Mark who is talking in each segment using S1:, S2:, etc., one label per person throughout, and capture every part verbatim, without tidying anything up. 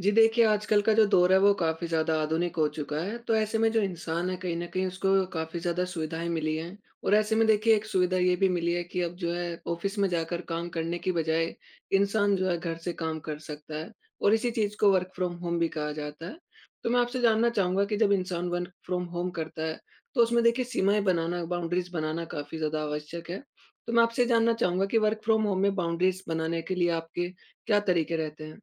S1: जी देखिए, आजकल का जो दौर है वो काफ़ी ज़्यादा आधुनिक हो चुका है, तो ऐसे में जो इंसान है कहीं न कहीं उसको काफ़ी ज़्यादा सुविधाएँ मिली हैं। और ऐसे में देखिए एक सुविधा ये भी मिली है कि अब जो है ऑफ़िस में जाकर काम करने की बजाय इंसान जो है घर से काम कर सकता है और इसी चीज़ को वर्क फ्रॉम होम भी कहा जाता है। तो मैं आपसे जानना चाहूँगा कि जब इंसान वर्क फ्रॉम होम करता है, तो उसमें देखिए सीमाएँ बनाना, बाउंड्रीज़ बनाना काफ़ी ज़्यादा आवश्यक है। तो मैं आपसे जानना चाहूँगा कि वर्क फ्रॉम होम में बाउंड्रीज़ बनाने के लिए आपके क्या तरीके रहते हैं?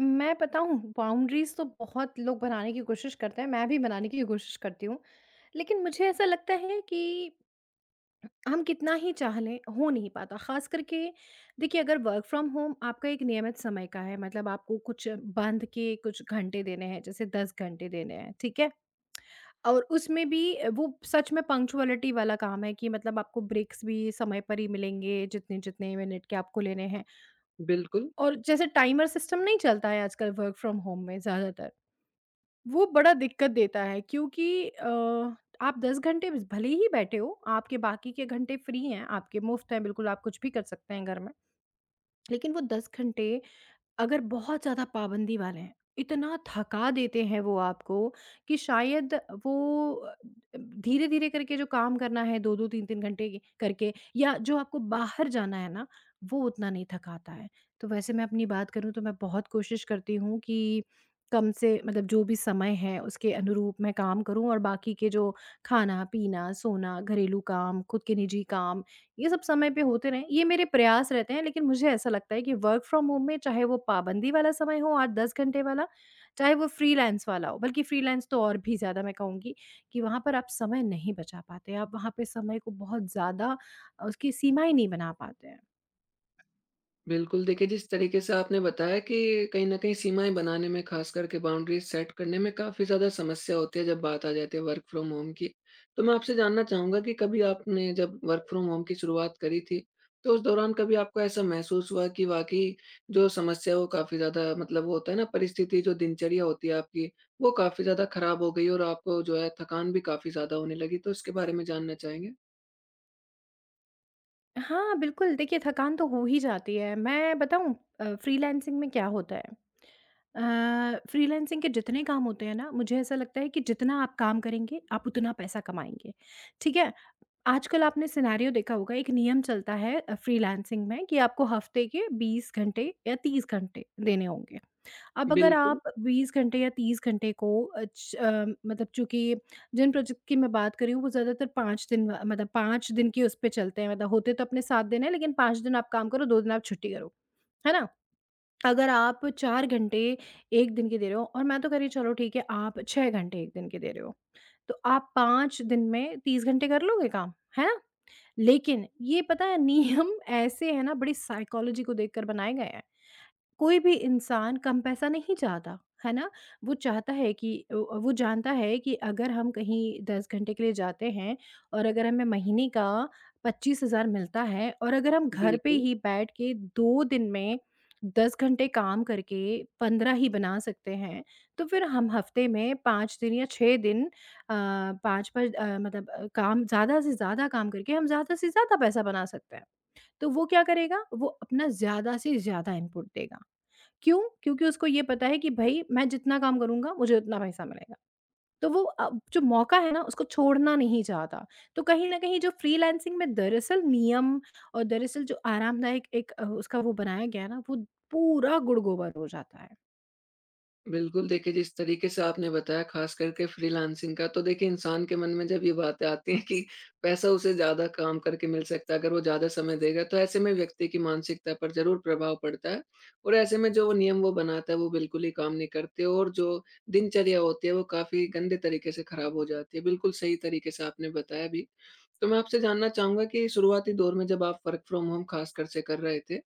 S2: मैं बताऊँ बाउंड्रीज़ तो बहुत लोग बनाने की कोशिश करते हैं, मैं भी बनाने की कोशिश करती हूँ। लेकिन मुझे ऐसा लगता है कि हम कितना ही चाह लें, हो नहीं पाता। ख़ास करके देखिए अगर वर्क फ्रॉम होम आपका एक नियमित समय का है, मतलब आपको कुछ बाँध के कुछ घंटे देने हैं, जैसे दस घंटे देने हैं, ठीक है? और उसमें भी अ, वो सच में पंक्चुअलिटी वाला काम है कि मतलब आपको ब्रेक्स भी समय पर ही मिलेंगे, जितने-जितने मिनट के आपको लेने हैं।
S1: बिल्कुल।
S2: और जैसे टाइमर सिस्टम नहीं चलता है आजकल वर्क फ्रॉम होम में ज़्यादातर। वो बड़ा दिक्कत देता है क्योंकि अ, आप दस घंटे बस भले ही बैठे हो, आपके बाकी के घंटे फ्री हैं, आपके मुफ़्त हैं, बिल्कुल आप कुछ भी कर सकते हैं घर में। लेकिन वो दस घंटे अगर बहुत ज़्यादा पाबंदी वाले हैं, इतना थका देते हैं वो आपको कि शायद वो अ, धीरे-धीरे करके जो काम करना है दो दो तीन तीन घंटे की करके या जो आपको बाहर जाना है ना, वो उतना नहीं थकाता है। तो वैसे मैं अपनी बात करूँ तो मैं बहुत कोशिश करती हूँ कि कम से मतलब जो भी समय है उसके अनुरूप मैं काम करूँ और बाकी के जो खाना-पीना, सोना, घरेलू काम, खुद के निजी काम, ये सब समय पे होते रहें, ये मेरे प्रयास रहते हैं। लेकिन मुझे ऐसा लगता है कि वर्क फ्रॉम होम में चाहे वो पाबंदी वाला समय हो आठ दस घंटे वाला, चाहे वो फ्रीलांस वाला हो, बल्कि फ्रीलांस तो और भी ज़्यादा मैं कहूँगी कि वहाँ पर आप समय नहीं बचा पाते। आप वहाँ पे समय को बहुत ज़्यादा अ, उसकी सीमाएँ नहीं बना पाते हैं।
S1: बिल्कुल, देखिए जिस तरीके से आपने बताया कि कहीं न कहीं सीमाएँ बनाने में ख़ास करके बाउंड्रीज़ सेट करने में काफ़ी ज़्यादा समस्या होती है जब बात आ जाती है वर्क फ्रॉम होम की। तो मैं आपसे जानना चाहूँगा कि कभी आपने जब वर्क फ्रॉम होम की शुरुआत करी थी, तो उस दौरान कभी आपको ऐसा महसूस हुआ कि वाक़ई जो समस्या है वो काफ़ी ज़्यादा मतलब वो होता है ना, परिस्थिति जो दिनचर्या होती है आपकी, वो काफ़ी ज़्यादा ख़राब हो गई और आपको जो है थकान भी काफ़ी ज़्यादा होने लगी? तो इसके बारे में जानना चाहेंगे।
S2: हाँ, बिल्कुल, देखिए थकान तो हो ही जाती है। मैं बताऊँ अ, फ्रीलांसिंग में क्या होता है। अ, फ्रीलांसिंग के जितने काम होते हैं ना, मुझे ऐसा लगता है कि जितना आप काम करेंगे, आप उतना पैसा कमाएँगे, ठीक है? आजकल आपने सिनेरियो देखा होगा, एक नियम चलता है अ, फ्रीलांसिंग में कि आपको हफ़्ते के बीस घंटे या तीस घंटे देने होंगे। अब अगर
S1: बिल्कुल,
S2: आप बीस घंटे या तीस घंटे को, अ, च अ, मतलब चूँकि जिन प्रोजेक्ट की मैं बात कर रही हूँ वो ज़्यादातर पाँच दिन, अ, मतलब पाँच दिन के उस पे चलते हैं, मतलब होते तो अपने सात दिन हैं लेकिन पाँच दिन आप काम करो दो दिन आप छुट्टी करो, है ना? अगर आप चार घंटे एक दिन के दे रहे हो और मैं तो कह रही हूँ चलो ठीक है आप छह घंटे एक दिन के दे रहे हो, तो आप पाँच दिन में तीस घंटे कर लोगे काम, है ना? लेकिन ये पता है नियम ऐसे हैं ना बड़ी साइकोलॉजी को देखकर बनाए गए हैं। कोई भी इंसान कम पैसा नहीं चाहता, है ना? वो चाहता है कि अ, वो जानता है कि अगर हम कहीं दस घंटे के लिए जाते हैं और अगर हमें महीने का पच्चीस हज़ार मिलता है और अगर हम घर पे
S1: बिल्कुल।
S2: ही बैठ के दो दिन में दस घंटे काम करके पंद्रह ही बना सकते हैं, तो फिर हम हफ्ते में पाँच दिन या छह दिन, अ, पाँच पर अ, मतलब, अ, काम, ज़्यादा से ज़्यादा काम करके हम ज़्यादा से ज़्यादा पैसा बना सकते हैं। तो वो क्या करेगा? वो अपना ज़्यादा से ज़्यादा इनपुट देगा। क्यों? क्योंकि उसको ये पता है कि भई मैं जितना काम करूँगा मुझे उतना पैसा मिलेगा। तो वो अ, जो मौका है ना उसको छोड़ना नहीं चाहता। तो कहीं न कहीं जो फ्रीलांसिंग में दरअसल नियम और दरअसल जो आरामदायक एक अ, उसका वो बनाया गया है ना वो पूरा गुड़ गोबर हो जाता है।
S1: बिल्कुल, देखिए जिस तरीके से आपने बताया ख़ास करके फ्रीलांसिंग का, तो देखिए इंसान के मन में जब ये बातें आती हैं कि पैसा उसे ज़्यादा काम करके मिल सकता है, अगर वो ज़्यादा समय देगा, तो ऐसे में व्यक्ति की मानसिकता पर ज़रूर प्रभाव पड़ता है। और ऐसे में जो वो नियम वो बनाता है वो बिल्कुल ही काम नहीं करते, और जो दिनचर्या होती है वो काफ़ी गंदे तरीके से ख़राब हो जाती है। बिल्कुल सही तरीके से आपने बताया भी। तो मैं आपसे जानना चाहूँगा कि शुरुआती दौर में जब आप वर्क फ्रॉम होम ख़ासकर से कर रहे थे,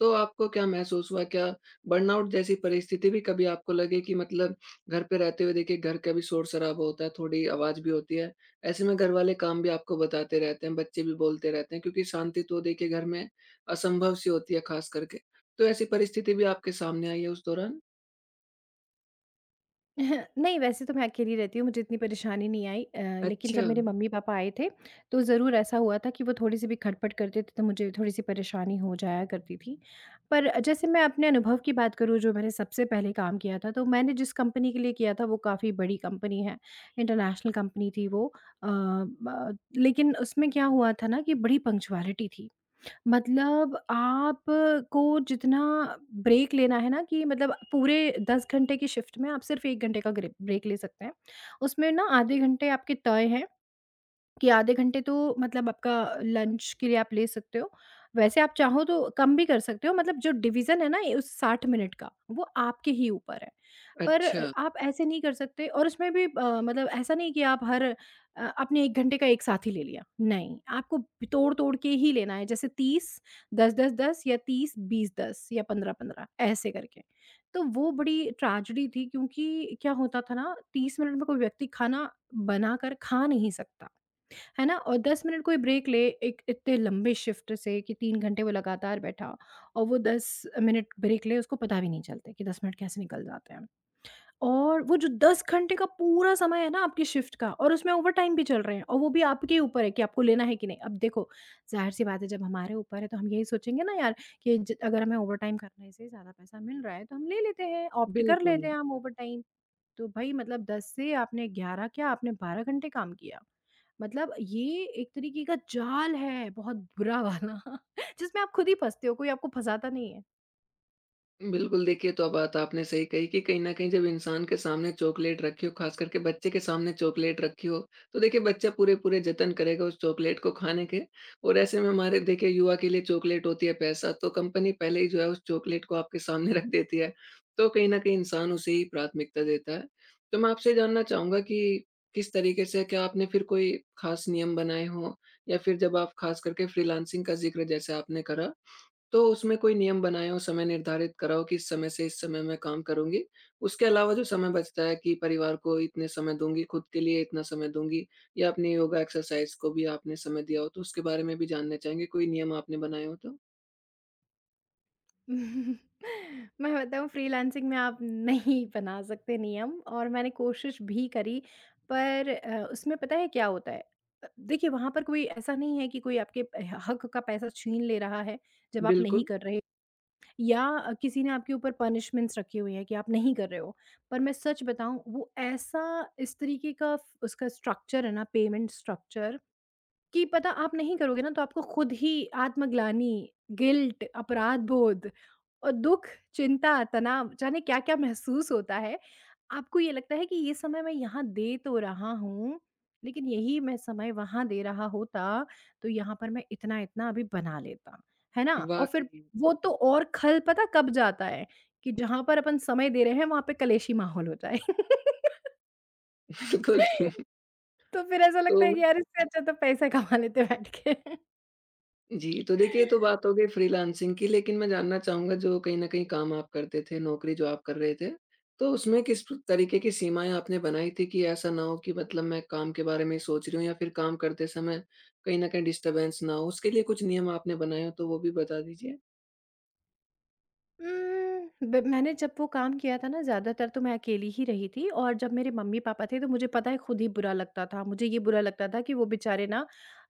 S1: तो आपको क्या महसूस हुआ? क्या बर्नआउट जैसी परिस्थिति भी कभी आपको लगे कि, मतलब, घर पे रहते हुए देखिए घर का भी शोर-शराबा होता है, थोड़ी आवाज़ भी होती है। ऐसे में घरवाले काम भी आपको बताते रहते हैं, बच्चे भी बोलते रहते हैं, क्योंकि शांति तो देखिए घर में असंभव सी होती है ख़ास करके। तो ऐसी परिस्थिति भी आपके सामने आई है उस दौरान?
S2: नहीं, वैसे तो मैं अकेली रहती हूँ, मुझे इतनी परेशानी नहीं आई, अ, लेकिन
S1: अच्छा।
S2: जब मेरे मम्मी-पापा आए थे, तो ज़रूर ऐसा हुआ था कि वो थोड़ी-सी भी खटपट करते थे, तो मुझे थोड़ी-सी परेशानी हो जाया करती थी। पर जैसे मैं अपने अनुभव की बात करूँ, जो मैंने सबसे पहले काम किया था, तो मैंने जिस कंपनी के लिए किया था, वो काफ़ी बड़ी कंपनी है, इंटरनेशनल कंपनी थी वो, अ, ब लेकिन उसमें क्या हुआ था ना कि बड़ी पंक्चुअलिटी थी। मतलब आप को जितना ब्रेक लेना है ना, कि मतलब पूरे दस घंटे की शिफ्ट में आप सिर्फ़ एक घंटे का ग्रे ब्रेक ले सकते हैं। उसमें ना आधे घंटे आपके तय हैं। कि आधे घंटे तो मतलब आपका लंच के लिए आप ले सकते हो। वैसे आप चाहो तो कम भी कर सकते हो, मतलब जो डिवीज़न है ना ये उस साठ मिनट का वो आपके ही ऊपर है। पर
S1: अच्छा।
S2: अ, आप ऐसे नहीं कर सकते और उसमें भी अ, मतलब ऐसा नहीं कि आप हर अ, आपने एक घंटे का एक साथ ही ले लिया। नहीं, आपको तोड़-तोड़ के ही लेना है, जैसे तीस दस दस-दस या तीस बीस दस या पंद्रह पंद्रह ऐसे करके। तो वो बड़ी ट्रेजेडी थी क्योंकि क्या होता था ना, तीस मिनट में कोई व्यक्ति खाना बनाकर खा नहीं सकता। है ना? और दस मिनट कोई ब्रेक ले एक इतने लंबे शिफ्ट से, कि तीन घंटे वो लगातार बैठा और वो दस मिनट ब्रेक ले, उसको पता भी नहीं चलता कि दस मिनट कैसे निकल जाते हैं। और वो जो दस घंटे का पूरा समय है ना आपकी शिफ्ट का, और उसमें ओवरटाइम भी चल रहे हैं, और वो भी आपके ऊपर है कि आपको लेना है कि नहीं। अब देखो ज़ाहिर-सी बात है जब हमारे ऊपर है तो हम यही सोचेंगे ना यार कि ज अगर हमें ओवरटाइम करने से ज़्यादा पैसा मिल रहा है तो हम ले लेते हैं, ऑप्ट कर
S1: बिल्कुल।
S2: लेते हैं हम ओवरटाइम। तो भाई मतलब दस से आपने ग्यारह क्या आपने बारह घंटे काम किया। मतलब ये एक तरीके का जाल है बहुत बुरा वाला जिसमें आप खुद ही फँसते हो, कोई आपको फँसाता नहीं है।
S1: बिल्कुल, देखिए, तो बात आपने सही कही कि कहीं न कहीं जब इंसान के सामने चॉकलेट रखी हो, ख़ास करके बच्चे के सामने चॉकलेट रखी हो, तो देखिए बच्चा पूरे-पूरे जतन करेगा उस चॉकलेट को खाने के, और ऐसे में हमारे देखिए युवा के लिए चॉकलेट होती है पैसा, तो कंपनी पहले ही जो है उस चॉकलेट को आपके सामने रख देती है, तो कहीं न कहीं इंसान उसे ही प्राथमिकता देता है। तो मैं आपसे जानना चाहूँगा कि किस तरीके से क्या आपने फिर कोई ख़ास नियम बनाए हों, या फिर जब आप ख़ास करके फ्रीलांसिंग का ज़िक्र जैसे आपने करा, तो उसमें कोई नियम बनाया हो, समय निर्धारित करा हो कि इस समय से इस समय मैं काम करूँगी। उसके अलावा जो समय बचता है, कि परिवार को इतने समय दूँगी, खुद के लिए इतना समय दूँगी, या अपनी योगा एक्सरसाइज़ को भी आपने समय दिया हो, तो उसके बारे में भी जानना चाहेंगे, कोई नियम आपने बनाए हो तो?
S2: मैं बताऊँ फ्रीलांसिंग में आप नहीं बना सकते नियम, और मैंने कोशिश भी करी, पर अ, उसमें पता है क्या होता है? अ, देखिए वहाँ पर कोई ऐसा नहीं है कि कोई आपके ह हक का पैसा छीन ले रहा है जब आप नहीं
S1: बिल्कुल,
S2: कर रहे, या अ, किसी ने आपके ऊपर पनिशमेंट्स रखी हुई है कि आप नहीं कर रहे हो। पर मैं सच बताऊँ वो ऐसा, इस तरीके का फ उसका स्ट्रक्चर है ना, पेमेंट स्ट्रक्चर, कि पता आप नहीं करोगे ना तो आपको खुद ही आत्मग्लानि, गिल्ट, अपराध बोध और दुःख, चिंता, तनाव, जाने क्या-क्या महसूस होता है। आपको ये लगता है कि ये समय मैं यहाँ दे तो रहा हूँ, लेकिन यही मैं समय वहाँ दे रहा होता तो यहाँ पर मैं इतना-इतना अभी बना लेता। है ना? और फिर
S1: वाक़ई।
S2: वो तो और खल पता कब जाता है, कि जहाँ पर अपन समय दे रहे हैं वहाँ पे कलेशी माहौल हो जाए।
S1: बिल्कुल।
S2: तो फिर ऐसा
S1: तो
S2: लगता है कि यार इससे अच्छा तो पैसा कमा लेते बैठ के।
S1: जी, तो देखिए ये तो बात हो गई फ्रीलांसिंग की, लेकिन मैं जानना चाहूँगा जो कहीं न कहीं काम आप करते थे, नौकरी जो आप कर रहे थे, तो उसमें किस प्र तरीके की सीमाएँ आपने बनाई थी कि ऐसा ना हो कि, मतलब, मैं काम के बारे में ही सोच रही हूँ या फिर काम करते समय कहीं न कहीं डिस्टर्बेंस ना हो? उसके लिए कुछ नियम आपने बनाए हों तो वो भी बता दीजिए।
S2: उम, ब मैंने जब वो काम किया था ना ज़्यादातर तो मैं अकेली ही रही थी, और जब मेरे मम्मी-पापा थे तो मुझे पता है खुद ही बुरा लगता था। मुझे ये बुरा लगता था कि वो बेचारे ना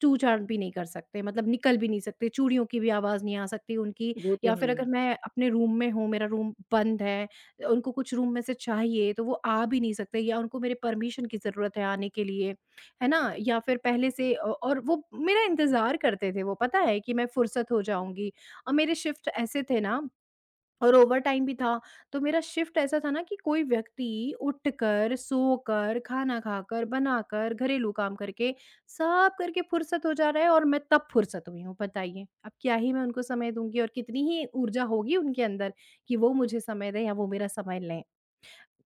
S2: चूँ-चाँद भी नहीं कर सकते, मतलब निकल भी नहीं सकते, चूड़ियों की भी आवाज़ नहीं आ सकती उनकी।
S1: वो तो
S2: या फिर अगर
S1: है।
S2: मैं अपने रूम में हूँ, मेरा रूम बंद है, उनको कुछ रूम में से चाहिए तो वो आ भी नहीं सकते, या उनको मेरे परमिशन की ज़रूरत है आने के लिए, है ना? या फिर पहले से, अ, और वो मेरा इंतज़ार करते थे, वो पता है कि मैं फुर्सत हो जाऊँगी, और मेरे शिफ्ट ऐसे थे ना और ओवरटाइम भी था, तो मेरा शिफ्ट ऐसा था ना कि कोई व्यक्ति उठकर, सोकर, खाना खाकर, बनाकर, घरेलू काम करके, सब करके फुर्सत हो जा रहा है और मैं तब फुर्सत हुई हूँ, बताइए। अब क्या ही मैं उनको समय दूँगी, और कितनी ही ऊर्जा होगी उनके अंदर कि वो मुझे समय दें या वो मेरा समय लें।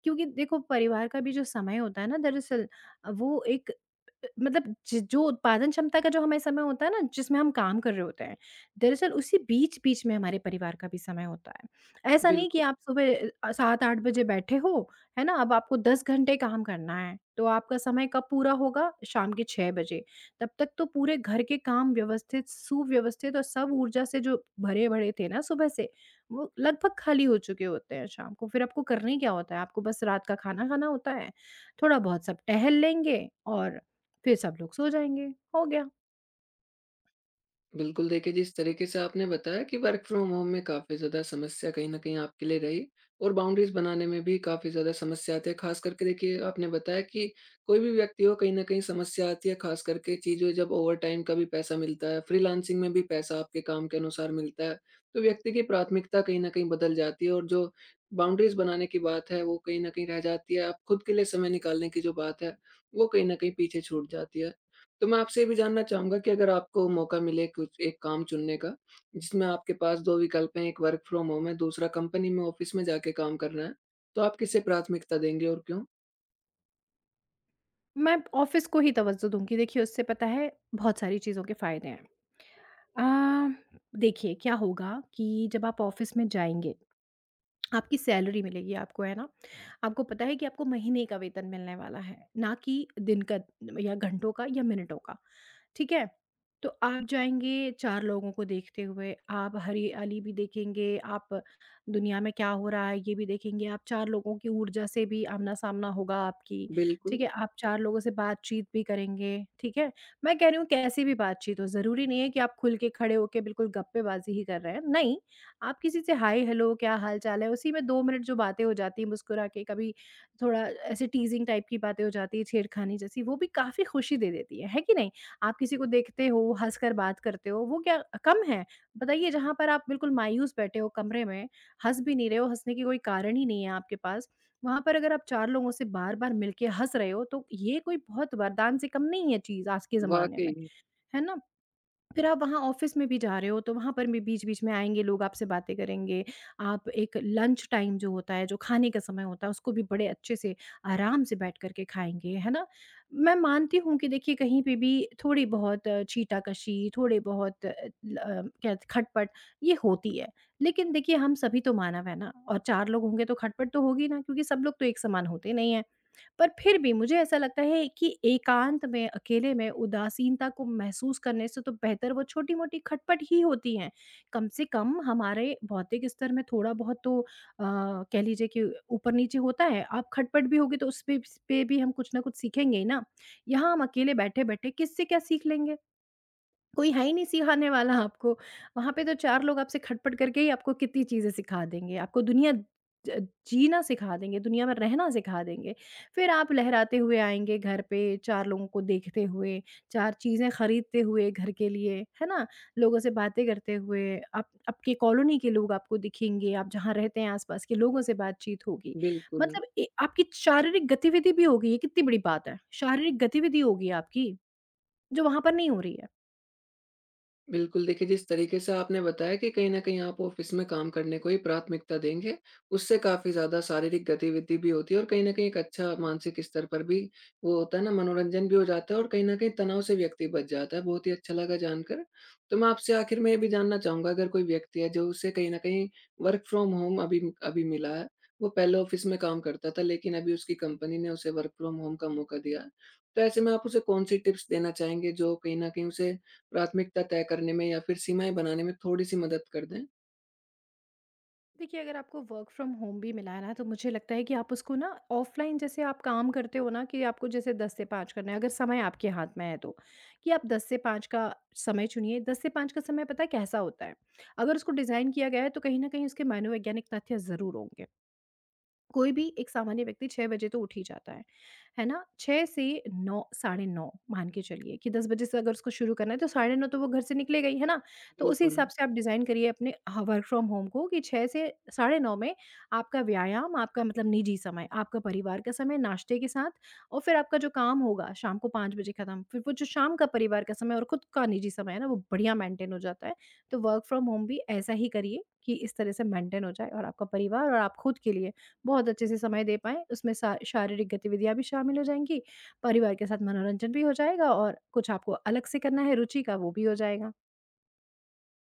S2: क्योंकि देखो परिवार का भी जो समय होता है ना, दरअसल अ, वो एक, अ, मतलब ज- जो उत्पादन क्षमता का जो हमें समय होता है ना जिसमें हम काम कर रहे होते हैं, दरअसल उसी बीच बीच में हमारे परिवार का भी समय होता है। ऐसा नहीं कि
S1: बिल्कुल।
S2: आप सुबह अ, सात आठ बजे बैठे हो, है ना? अब आपको दस घंटे काम करना है, तो आपका समय कब पूरा होगा, शाम के छह बजे। तब तक तो पूरे घर के काम व्यवस्थित, सुव्यवस्थित और सब ऊर्जा से जो भरे भरे थे ना सुबह से, वो लगभग खाली हो चुके होते हैं शाम को। फिर आपको करना ही क्या होता है? आपको बस रात का खाना खाना होता है, थोड़ा-बहुत सब टहल लेंगे और फिर सब लोग सो जाएँगे, हो गया।
S1: बिल्कुल, देखिए जिस तरीके से आपने बताया कि वर्क फ्रॉम होम में काफ़ी ज़्यादा समस्या कहीं न कहीं आपके लिए रही, और बाउंड्रीज़ बनाने में भी काफ़ी ज़्यादा समस्या आती है। ख़ास करके देखिए आपने बताया कि कोई भी व्यक्ति हो कहीं न कहीं समस्या आती है, ख़ास करके चीज़ें जब ओवरटाइम का भी पैसा मिलता है, फ्रीलांसिंग में भी पैसा आपके काम के अनुसार मिलता है, तो व्यक्ति की प्राथमिकता कहीं न कहीं बदल जाती है, और जो बाउंड्रीज़ बनाने की बात है वो कहीं न कहीं रह जाती है। आप खुद के लिए समय निकालने की जो बात है, वो कहीं न कहीं पीछे छूट जाती है। तो मैं आपसे ये भी जानना चाहूँगा कि अगर आपको मौका मिले कुछ एक काम चुनने का, जिसमें आपके पास दो विकल्प हैं, एक वर्क फ्रॉम होम है, दूसरा कंपनी में ऑफ़िस में जाके काम करना है, तो आप किसे प्राथमिकता देंगे और क्यों?
S2: मैं ऑफ़िस को ही तवज्जो दूँगी, देखिए उससे पता है बहुत सारी चीज़ों के फ़ायदे हैं। अ, देखिए क्या होगा कि जब आप ऑफ़िस में जाएँगे, आपकी सैलरी मिलेगी आपको, है ना? आपको पता है कि आपको महीने का वेतन मिलने वाला है, ना कि दिन का या घंटों का या मिनटों का, ठीक है? तो आप जाएँगे चार लोगों को देखते हुए, आप हरियाली भी देखेंगे, आप दुनिया में क्या हो रहा है ये भी देखेंगे, आप चार लोगों की ऊर्जा से भी आमना-सामना होगा आपकी, ठीक
S1: बिल्कुल,
S2: है? आप चार लोगों से बातचीत भी करेंगे, ठीक है। मैं कह रही हूँ कैसी भी बातचीत हो, ज़रूरी नहीं है कि आप खुल के खड़े होके बिल्कुल गप्पेबाज़ी ही कर रहे हैं, नहीं। आप किसी से हाय हेलो क्या हाल चाल है, उसी में दो मिनट जो बातें हो जाती हैं मुस्कुरा के, कभी थोड़ा ऐसे टीज़िंग टाइप की बातें हो जाती हैं, छेड़खानी जैसी, वो भी काफ़ी खुशी दे देती है, है कि नहीं? आप किसी को देखते हो, हँसकर बात करते हो, वो क्या कम है? बताइए जहाँ पर आप बिल्कुल मायूस बैठे हो कमरे में, हँस भी नहीं रहे हो, हँसने की कोई कारण ही नहीं है आपके पास, वहाँ पर अगर आप चार लोगों से बार-बार मिल के हँस रहे हो, तो ये कोई बहुत वरदान से कम नहीं है चीज़ आज के ज़माने में,
S1: वाक़ई,
S2: है ना? फिर आप वहाँ ऑफ़िस में भी जा रहे हो, तो वहाँ पर भी बीच-बीच में आएँगे लोग, आपसे बातें करेंगे। आप एक लंच टाइम जो होता है, जो खाने का समय होता है, उसको भी बड़े अच्छे से, आराम से बैठ कर के खाएँगे, है ना? मैं मानती हूँ कि देखिए कहीं पे भी थोड़ी बहुत छीटाकशी, थोड़े बहुत अ, ल अ, क्या खटपट ये होती है। लेकिन देखिए हम सभी तो मानव है ना और चार लोग होंगे तो खटपट तो होगी ना क्योंकि सब लोग तो एक समान होते नहीं हैं। पर फिर भी मुझे ऐसा लगता है कि एकांत में, अकेले में उदासीनता को महसूस करने से तो बेहतर वो छोटी-मोटी खटपट ही होती हैं। कम से कम हमारे भौतिक स्तर में थोड़ा-बहुत तो अ, कह लीजिए कि ऊपर-नीचे होता है। आप खटपट भी होगी तो उस पे पे भी हम कुछ न कुछ सीखेंगे ही ना। यहाँ हम अकेले बैठे-बैठे किससे क्या सीख लेंगे? कोई है ही नहीं सिखाने वाला आपको। वहाँ पे तो चार लोग आपसे खटपट करके ही आपको कितनी चीज़ें सिखा देंगे। आपको दुनिया ज जीना सिखा देंगे, दुनिया में रहना सिखा देंगे। फिर आप लहराते हुए आएँगे घर पे चार लोगों को देखते हुए, चार चीज़ें खरीदते हुए घर के लिए, है ना? लोगों से बातें करते हुए, आप आपके कॉलोनी के लोग आपको दिखेंगे, आप जहाँ रहते हैं आस-पास के लोगों से बातचीत होगी।
S1: बिल्कुल।
S2: मतलब ए आपकी शारीरिक गतिविधि भी होगी, ये कितनी बड़ी बात है। शारीरिक गतिविधि होगी आपकी, जो वहाँ पर नहीं हो रही है।
S1: बिल्कुल, देखिए जिस तरीके से आपने बताया कि कहीं न कहीं आप ऑफ़िस में काम करने को ही प्राथमिकता देंगे, उससे काफ़ी ज़्यादा शारीरिक गतिविधि भी होती है, और कहीं न कहीं एक अच्छा मानसिक स्तर पर भी वो होता है ना, मनोरंजन भी हो जाता है और कहीं न कहीं तनाव से व्यक्ति बच जाता है। बहुत ही अच्छा लगा जानकर। तो मैं आपसे आखिर में ये भी जानना चाहूँगा, अगर कोई व्यक्ति है जो उसे कहीं न कहीं वर्क फ्रॉम होम अभी अभी मिला है, वो पहले ऑफ़िस में काम करता था लेकिन अभी उसकी कंपनी ने उसे वर्क फ्रॉम होम का मौका दिया है। तो ऐसे में आप उसे कौन-सी टिप्स देना चाहेंगे जो कहीं न कहीं उसे प्राथमिकता तय करने में या फिर सीमाएँ बनाने में थोड़ी-सी मदद कर दें।
S2: देखिए, अगर आपको वर्क फ्रॉम होम भी मिला है ना, तो मुझे लगता है कि आप उसको ना ऑफ़लाइन जैसे आप काम करते हो ना कि आपको जैसे दस से पाँच करना है, अगर समय आपके हाथ में है तो, कि आप दस से पाँच का समय चुनिए। दस से पाँच का समय पता है कैसा होता है? अगर उसको डिज़ाइन किया गया है, तो कहीं न कहीं उसके मनोवैज्ञानिक तथ्य ज़रूर होंगे। कोई भी एक सामान्य व्यक्ति छह बजे तो उठ ही जाता है, है ना? छह से नौ साढ़े नौ मान के चलिए कि दस बजे से अगर उसको शुरू करना है तो साढ़े नौ तो वो घर से निकलेगा ही, है ना? तो उसी
S1: बिल्कुल,
S2: हिसाब से आप डिज़ाइन करिए अपने ह वर्क फ्रॉम होम को कि छह से साढ़े नौ में आपका व्यायाम, आपका मतलब निजी समय, आपका परिवार का समय, नाश्ते के साथ और फिर आपका जो काम होगा शाम को पाँच बजे खत्म। फिर वो जो शाम का परिवार का समय और खुद का निजी समय है ना, वो बढ़िया मेंटेन हो जाता है। तो वर्क फ्रॉम होम भी ऐसा ही करिए कि इस तरह से मेंटेन हो जाए और आपका परिवार और आप खुद के लिए बहुत अच्छे से समय दे पाएँ। उसमें सा शारीरिक गतिविधियाँ भी शामिल हो जाएँगी, परिवार के साथ मनोरंजन भी हो जाएगा और कुछ आपको अलग से करना है रुचि का वो भी हो जाएगा।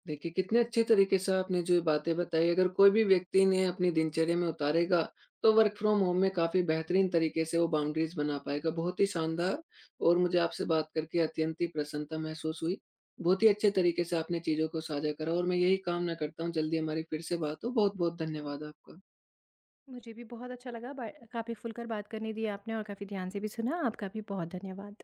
S1: देखिए कितने अच्छे तरीके से आपने जो ये बातें बताई, अगर कोई भी व्यक्ति इन्हें अपनी दिनचर्या में उतारेगा, तो वर्क फ्रॉम होम में काफ़ी बेहतरीन तरीके से वो बाउंड्रीज़ बना पाएगा। बहुत ही शानदार, और मुझे आपसे बात करके अत्यंत ही प्रसन्नता महसूस हुई। बहुत ही अच्छे तरीके से आपने चीज़ों को साझा करा, और मैं यही कामना करता हूँ जल्दी हमारी फिर से बात हो। बहुत-बहुत धन्यवाद आपका।
S2: मुझे भी बहुत अच्छा लगा बा काफ़ी खुलकर बात करने दी आपने और काफ़ी ध्यान से भी सुना। आपका भी बहुत धन्यवाद।